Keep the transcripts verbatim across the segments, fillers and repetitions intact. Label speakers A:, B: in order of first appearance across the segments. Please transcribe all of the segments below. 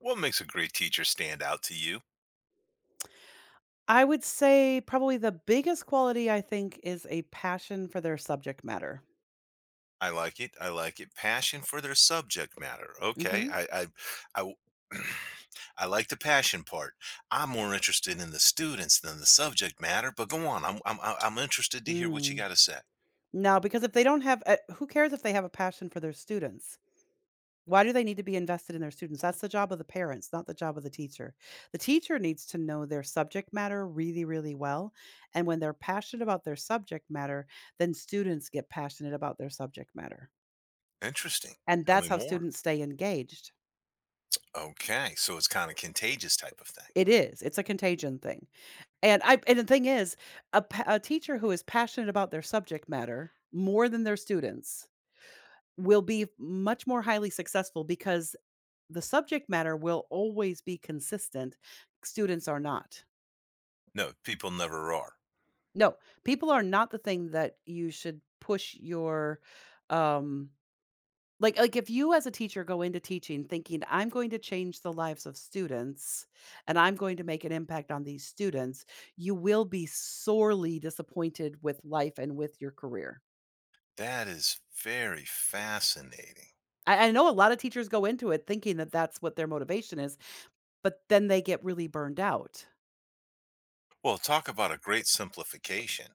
A: What makes a great teacher stand out to you?
B: I would say probably the biggest quality I think is a passion for their subject matter.
A: I like it. I like it. Passion for their subject matter. Okay.
B: Mhm.
A: I I I w- I like the passion part. I'm more interested in the students than the subject matter, but go on. I'm I'm I'm I'm interested to hear what you
B: Mm.
A: got to say.
B: No, because if they don't have uh, who cares if they have a passion for their students? Why do they need to be invested in their students? That's the job of the parents, not the job of the teacher. The teacher needs to know their subject matter really, really well. And when they're passionate about their subject matter, then students get passionate about their subject matter.
A: Interesting.
B: And
A: Tell
B: that's
A: me
B: how
A: more.
B: students stay engaged.
A: Okay. So it's kind of contagious type of thing.
B: It is, it's a contagion thing. And I and the thing is, a pa a teacher who is passionate about their subject matter more than their students will be much more highly successful because the subject matter will always be consistent. Students are not.
A: No, people never are.
B: No, people are not the thing that you should push your, um Like like, if you as a teacher go into teaching thinking, "I'm going to change the lives of students, and I'm going to make an impact on these students," you will be sorely disappointed with life and with your career.
A: That is very fascinating.
B: I I know a lot of teachers go into it thinking that that's what their motivation is, but then they get really burned out.
A: Well, talk about a great simplification.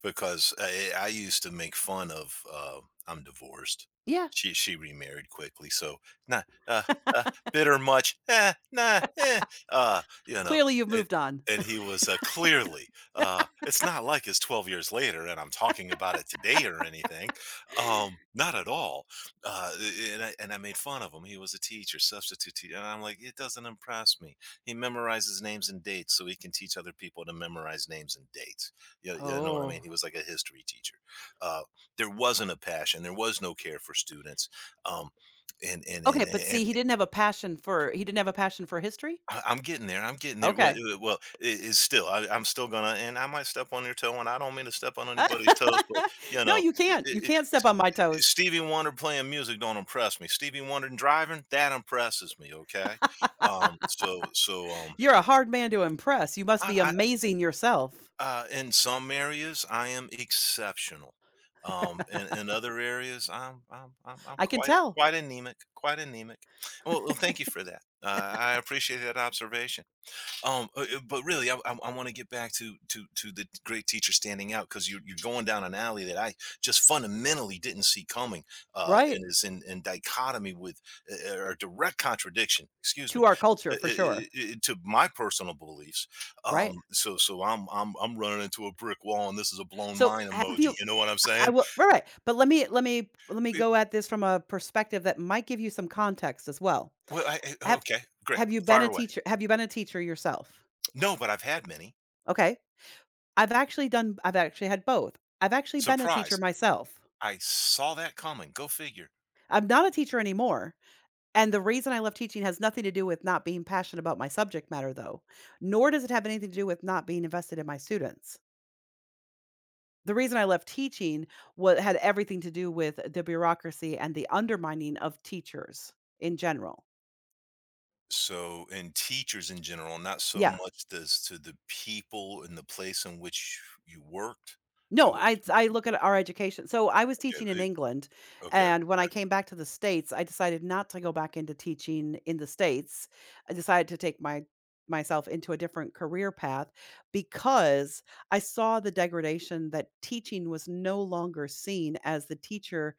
A: Because I I used to make fun of, uh I'm divorced.
B: Yeah,
A: She she remarried quickly, so, nah, uh, uh, bitter much, eh, nah, eh, uh, you know,
B: clearly you've
A: it
B: moved on.
A: And he was, uh, clearly, uh it's not like it's twelve years later and I'm talking about it today or anything, um, not at all, uh, eh, and I and I made fun of him. He was a teacher, substitute teacher, and I'm like, "It doesn't impress me. He memorizes names and dates so he can teach other people to memorize names and dates." You, you know what I mean?
B: Oh.
A: He was like a history teacher. Uh, there wasn't a passion. There was no care for students. Um, and, and
B: Okay,
A: and
B: but
A: and
B: see, he didn't have a passion for he didn't have a passion for history?
A: I- I'm getting there. I'm getting there. Well,
B: Okay.
A: it- well it- it's still. I, I'm still gonna, and I might step on your toe, and I don't mean to step on anybody's toes, but you
B: No,
A: know,
B: you
A: it,
B: can't. You
A: it,
B: can't step on my
A: it-
B: toes.
A: Stevie Wonder playing music don't impress me. Stevie Wonder driving that impresses me. Okay, um, so so um,
B: You're a hard man to impress. You must be
A: I,
B: amazing yourself.
A: Uh, in some areas, I am exceptional. Um, and in other areas, I'm I'm I'm, I'm
B: I can
A: quite
B: tell,
A: quite anemic, quite anemic. Well, well, thank you for that. Uh, I appreciate that observation. Um, uh, uh, but really, I, I, I want to get back to to to the great teacher standing out because you're you're going down an alley that I just fundamentally didn't see coming, uh,
B: right?
A: and is in, in dichotomy with uh, or direct contradiction. Excuse me.
B: To our
A: Uh,
B: culture
A: uh,
B: for
A: uh,
B: sure,
A: uh, To my personal beliefs,
B: right?
A: um, so so I'm I'm I'm running into a brick wall, and this is a blown
B: So
A: mind
B: have
A: emoji.
B: you
A: You know what I'm
B: I I
A: saying?
B: will right, right, but let me let me let me
A: It-
B: go at this from a perspective that might give you some context as well.
A: well, I, I-
B: Have
A: okay, great,
B: have you been
A: fire
B: a
A: away.
B: teacher have you been a teacher yourself?
A: No, but I've had many.
B: Okay. I've actually done I've actually had both. I've actually been a teacher
A: Surprise!
B: myself.
A: I saw that coming. Go figure.
B: I'm not a teacher anymore, And the reason I love teaching has nothing to do with not being passionate about my subject matter, though, nor does it have anything to do with not being invested in my students. The reason I left teaching wa had everything to do with the bureaucracy and the undermining of teachers in general.
A: So and teachers in general, not so
B: Yeah.
A: much as to the people and the place in which you worked. It
B: No,
A: was
B: I I look at our education. So I was teaching
A: okay.
B: in
A: It,
B: England,
A: okay,
B: and when I came back to the States, I decided not to go back into teaching in the States. I decided to take my myself into a different career path because I saw the degradation that teaching was no longer seen as the teacher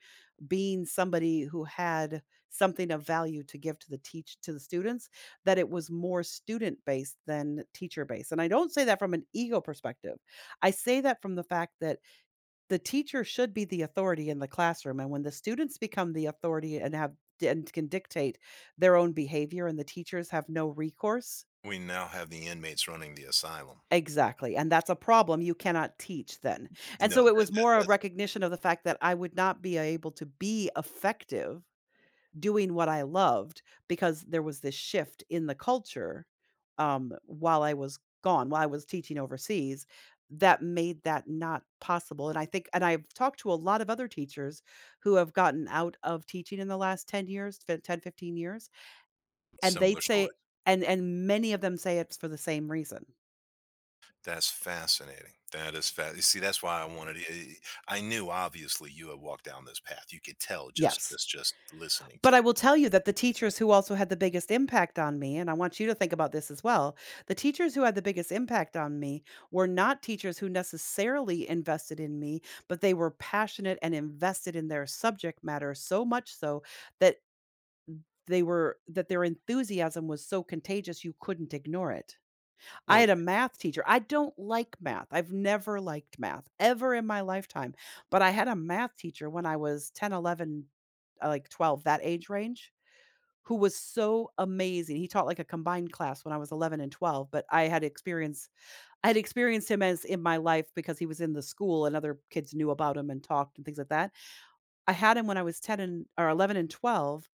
B: being somebody who had something of value to give to the teach to the students, that it was more student based than teacher based. And I don't say that from an ego perspective. I say that from the fact that the teacher should be the authority in the classroom, and when the students become the authority and have and can dictate their own behavior and the teachers have no recourse.
A: we now have the inmates running the asylum.
B: Exactly. And that's a problem. You cannot teach then. And
A: No,
B: so it
A: that,
B: was
A: that
B: more a
A: that's a
B: recognition of the fact that I would not be able to be effective doing what I loved because there was this shift in the culture, um, while I was gone, while I was teaching overseas, that made that not possible, and I think and I've talked to a lot of other teachers who have gotten out of teaching in the last ten years, fif ten, fifteen years, and they
A: similar
B: say
A: story.
B: and and many of them say it's for the same reason.
A: That's fascinating. That is fast. You see, that's why I wanted. I I knew obviously you had walked down this path. You could tell just
B: Yes.
A: just just listening to
B: But I
A: you.
B: will tell you that the teachers who also had the biggest impact on me, and I want you to think about this as well, the teachers who had the biggest impact on me were not teachers who necessarily invested in me, but they were passionate and invested in their subject matter so much so that they were that their enthusiasm was so contagious you couldn't ignore it. I
A: Well,
B: had a math teacher. I don't like math. I've never liked math ever in my lifetime, but I had a math teacher when I was ten, eleven, uh, like twelve, that age range who was so amazing. He taught like a combined class when I was eleven and twelve, but I had experience I had experienced him as in my life because he was in the school and other kids knew about him and talked and things like that. I had him when I was ten and or eleven and twelve,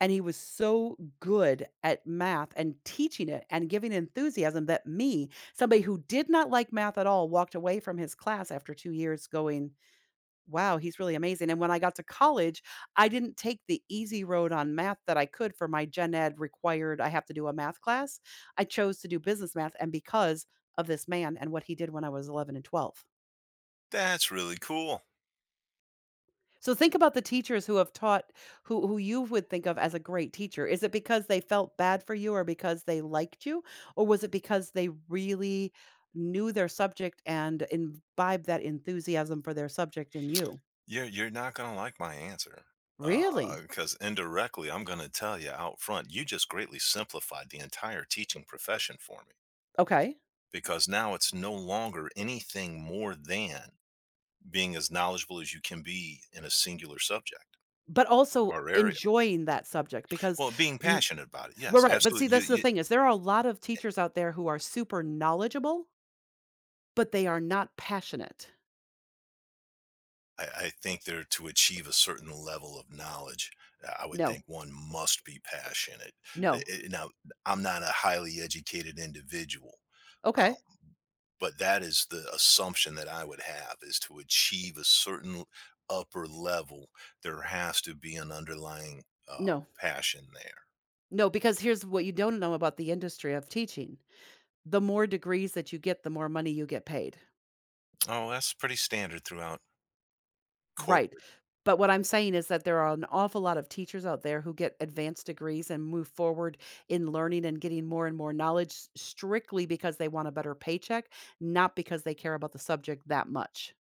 B: and he was so good at math and teaching it and giving enthusiasm that me, somebody who did not like math at all, walked away from his class after two years going, "Wow, he's really amazing," and when I got to college, I didn't take the easy road on math that I could for my gen ed required I have to do a math class. I chose to do business math and because of this man and what he did when I was eleven and twelve.
A: that's really cool.
B: So think about the teachers who have taught who who you would think of as a great teacher. Is it because they felt bad for you or because they liked you? Or was it because they really knew their subject and imbibed that enthusiasm for their subject in you?
A: You're you're not gonna like my answer,
B: Really?
A: because indirectly, I'm gonna tell you out front, you just greatly simplified the entire teaching profession for me,
B: Okay.
A: because now it's no longer anything more than being as knowledgeable as you can be in a singular subject
B: But also
A: or area.
B: enjoying that subject because
A: Well, being
B: n
A: passionate about it,
B: we're
A: yes,
B: right, but see,
A: absolutely, you
B: that's the
A: you
B: thing is there are a lot of teachers out there who are super knowledgeable, but they are not passionate.
A: I I think there to achieve a certain level of knowledge, uh, I would
B: No,
A: think one must be passionate. Eh
B: no,
A: eh, now, I'm not a highly educated individual.
B: okay,
A: um, But that is the assumption that I would have is to achieve a certain upper level, there has to be an underlying, uh,
B: no,
A: passion there.
B: no, because here's what you don't know about the industry of teaching. The more degrees that you get, the more money you get paid.
A: Oh, that's pretty standard throughout
B: Right.
A: corporate.
B: But what I'm saying is that there are an awful lot of teachers out there who get advanced degrees and move forward in learning and getting more and more knowledge s- strictly because they want a better paycheck, not because they care about the subject that much.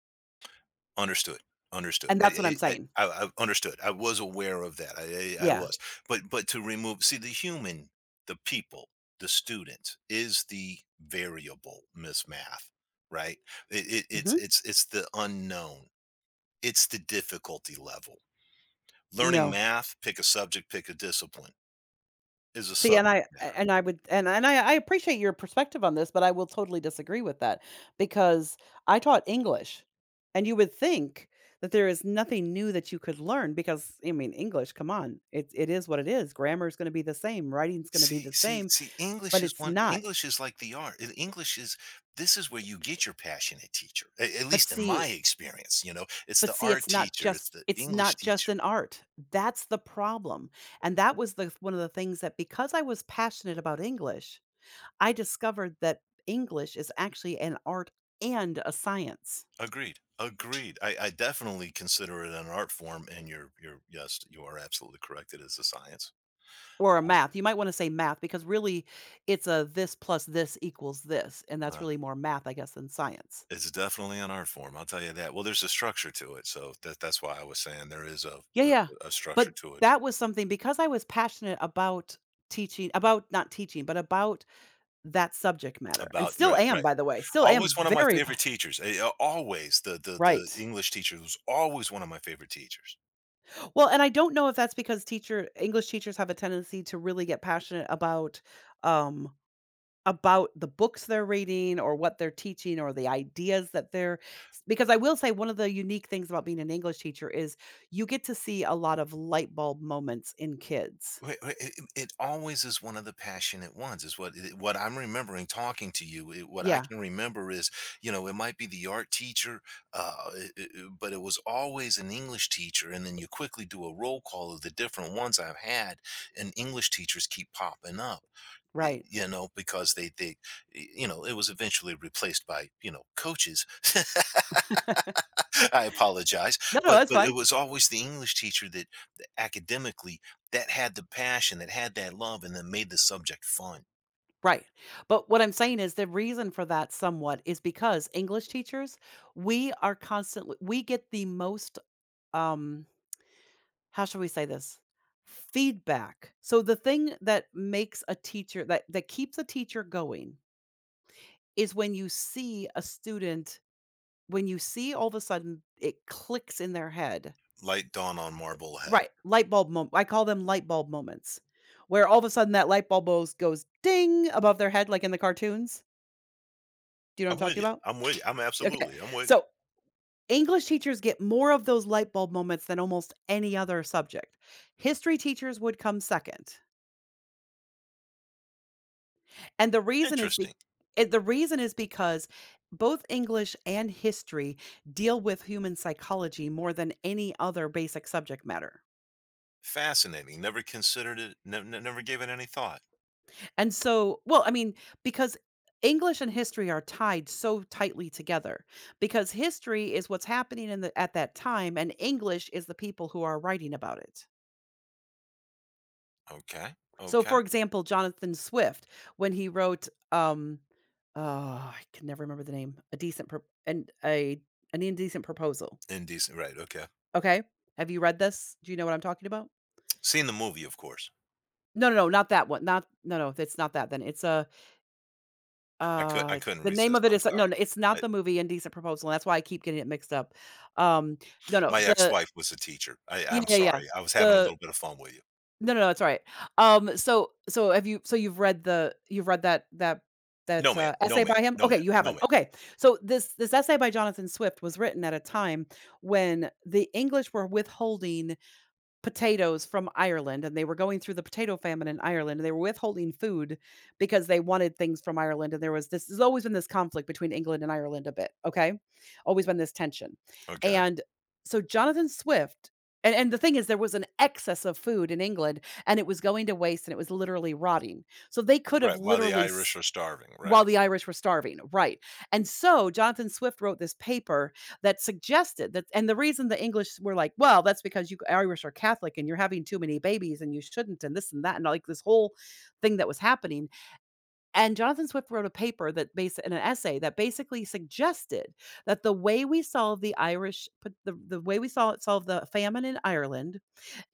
A: Understood, understood.
B: And that's what
A: I
B: I'm
A: I I
B: saying.
A: I I understood. I was aware of that. I I I
B: Yeah.
A: was. But but to remove see, the human, the people, the student is the variable, Miss Math, right? It it it's
B: Hmm.
A: it's it's the unknown. It's the difficulty level. Learning
B: No.
A: math, pick a subject, pick a discipline, is a
B: See, and
A: subject
B: I
A: matter.
B: and I would and and I I appreciate your perspective on this, but I will totally disagree with that because I taught English, and you would think that there is nothing new that you could learn because I mean English, come on, it it is what it is. Grammar is going to be the same, writing's going to be
A: See
B: the
A: see
B: same,
A: see, English
B: but
A: is
B: it's
A: one
B: not.
A: English is like the art, and English is this is where you get your passionate teacher, a at
B: But
A: least in my
B: see,
A: experience, you know? It's
B: but
A: the
B: see,
A: art
B: it's not
A: teacher, it's
B: just
A: the
B: it's
A: English
B: not just
A: teacher.
B: an art. That's the problem, and that was the one of the things that because I was passionate about English, I discovered that English is actually an art and a science
A: Agreed, agreed. I I definitely consider it an art form, and you're you're yes, you are absolutely correct, it is a science.
B: or a
A: Oh,
B: math. You might want to say math because really it's a this plus this equals this. And that's
A: uh,
B: really more math, I guess, than science.
A: it's definitely an art form, I'll tell you that. Well, there's a structure to it, so that that's why I was saying there is a
B: Yeah,
A: a
B: yeah.
A: a structure
B: But
A: to it.
B: that was something because I was passionate about teaching, about not teaching, but about that subject matter. And
A: About
B: still
A: right,
B: am,
A: right.
B: by the way, still am
A: Always one of my
B: very pa-
A: favorite teachers, eh, uh, always the the the
B: Right.
A: English teacher was always one of my favorite teachers.
B: Well, and I don't know if that's because teacher English teachers have a tendency to really get passionate about um About the books they're reading or what they're teaching or the ideas that they're s because I will say one of the unique things about being an English teacher is you get to see a lot of light bulb moments in kids.
A: Right, right, It, it it always is one of the passionate ones. Is what it- what I'm remembering talking to you. It, what I
B: Yeah,
A: can remember is, you know, it might be the art teacher, uh, it- it- it- but it was always an English teacher. And then you quickly do a roll call of the different ones I've had, and English teachers keep popping up. the-
B: right.
A: You know, because they they, you know, it was eventually replaced by you know coaches. I apologize,
B: No, no,
A: but
B: that's
A: but it
B: fine.
A: was always the English teacher that academically that had the passion, that had that love, and that made the subject fun.
B: Right. But what I'm saying is the reason for that somewhat is because English teachers, we are constantly we get the most, um, how shall we say this? Feedback. So the thing that makes a teacher that that keeps a teacher going is when you see a student when you see all of a sudden it clicks in their head.
A: Light dawn on Marblehead.
B: Right, light bulb moment. I call them light bulb moments, where all of a sudden that light bulb goes goes ding above their head like in the cartoons. Do you know
A: I'm
B: what I'm
A: with
B: talking
A: you.
B: about?
A: I'm with you. I'm
B: Okay.
A: absolutely. I'm with you.
B: So, English teachers get more of those light bulb moments than almost any other subject. History teachers would come second. And the reason is be
A: Interesting.
B: eh, the reason is because both English and history deal with human psychology more than any other basic subject matter.
A: Fascinating. Never considered it. Ne- ne- never gave it any thought.
B: And so well, I mean, because English and history are tied so tightly together because history is what's happening in the at that time, and English is the people who are writing about it.
A: Okay.
B: So,
A: Okay.
B: for example, Jonathan Swift, when he wrote, um, oh, I can never remember the name, a decent pro and a an indecent proposal.
A: Indecent. Right. Okay.
B: Okay. Have you read this? Do you know what I'm talking about?
A: Seen the movie, of course.
B: No, no, no, not that one. Not no, no, it's not that then. It's a
A: I could. I
B: uh
A: couldn't
B: The name
A: resist.
B: of it
A: I'm
B: is no,
A: sorry.
B: no, it's
A: I,
B: not the movie Indecent Proposal. And that's why I keep getting it mixed up. Um no, no,
A: my
B: the
A: ex-wife was a teacher. I,
B: Yeah,
A: I'm
B: yeah, yeah.
A: sorry. I was having a
B: The
A: little bit of fun with you.
B: no, no, no, it's all right. Um so so have you so you've read the you've read that that
A: No,
B: that
A: ma'am.
B: uh,
A: No,
B: essay
A: ma'am.
B: by him?
A: No,
B: Okay,
A: ma'am.
B: you
A: No,
B: haven't.
A: ma'am.
B: Okay. So this this essay by Jonathan Swift was written at a time when the English were withholding potatoes from Ireland, and they were going through the potato famine in Ireland, and they were withholding food because they wanted things from Ireland, and there was this there's always been this conflict between England and Ireland a bit, okay? Always been this tension,
A: Okay.
B: and so Jonathan Swift and and the thing is there was an excess of food in England, and it was going to waste, and it was literally rotting, so they could have
A: Right. While the
B: literally
A: Irish
B: s
A: are starving.
B: while
A: Right.
B: the Irish were starving, right. And so Jonathan Swift wrote this paper that suggested that, and the reason the English were like, "Well, that's because you Irish are Catholic and you're having too many babies and you shouldn't," and this and that, and like this whole thing that was happening. And Jonathan Swift wrote a paper that based in an essay that basically suggested that the way we solve the Irish, the, the way we saw it solve the famine in Ireland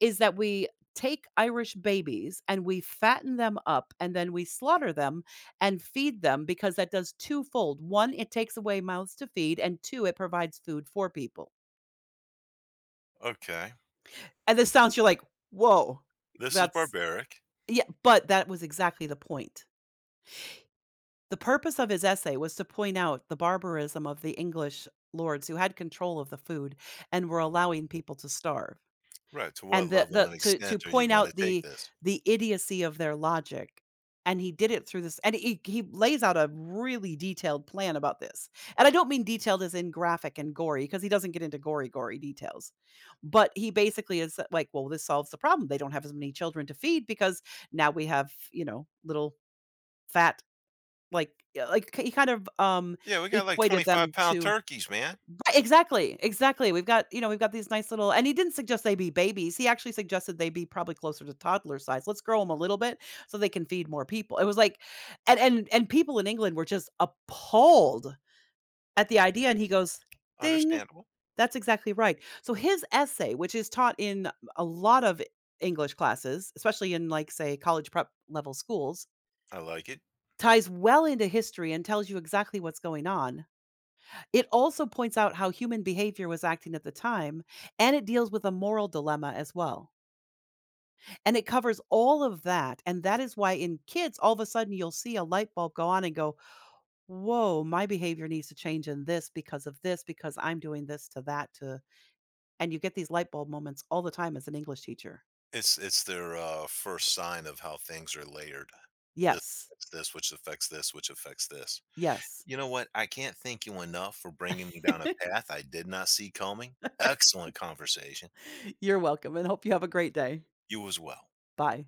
B: is that we take Irish babies and we fatten them up and then we slaughter them and feed them because that does twofold. One, it takes away mouths to feed, and two, it provides food for people.
A: Okay.
B: And this sounds, you're like, whoa,
A: This is
B: that's,
A: barbaric.
B: yeah, but that was exactly the point. The purpose of his essay was to point out the barbarism of the English lords who had control of the food and were allowing people to starve.
A: Right, to what
B: And the
A: level
B: the
A: and
B: to to
A: extent are you
B: point
A: gonna
B: out
A: take
B: the
A: this?
B: the idiocy of their logic. And he did it through this, and he he lays out a really detailed plan about this. And I don't mean detailed as in graphic and gory, because he doesn't get into gory, gory details. But he basically is uh, like, "Well, this solves the problem. They don't have as many children to feed because now we have, you know, little fat," like uh, like, he kind of, um,
A: Yeah, we got, like,
B: equated
A: 25
B: them
A: pound
B: to.
A: turkeys, man.
B: Exactly, exactly. We've got, you know, we've got these nice little, and he didn't suggest they be babies. He actually suggested they be probably closer to toddler size. Let's grow them a little bit so they can feed more people. It was like, and and and people in England were just appalled at the idea, and he goes, "Ding,
A: Understandable.
B: that's exactly right." So his essay, which is taught in a lot of English classes, especially in like say college prep level schools,
A: I like it.
B: ties well into history and tells you exactly what's going on. It also points out how human behavior was acting at the time, and it deals with a moral dilemma as well. And it covers all of that. And that is why in kids, all of a sudden, you'll see a light bulb go on and go, whoa, my behavior needs to change in this because of this, because I'm doing this to that to. And you get these light bulb moments all the time as an English teacher.
A: It's it's their, uh, first sign of how things are layered. This
B: Yes.
A: affects this, which affects this, which affects this.
B: Yes.
A: You know what? I can't thank you enough for bringing me down a path I did not see coming. Excellent conversation.
B: You're welcome, and hope you have a great day.
A: You as well.
B: Bye.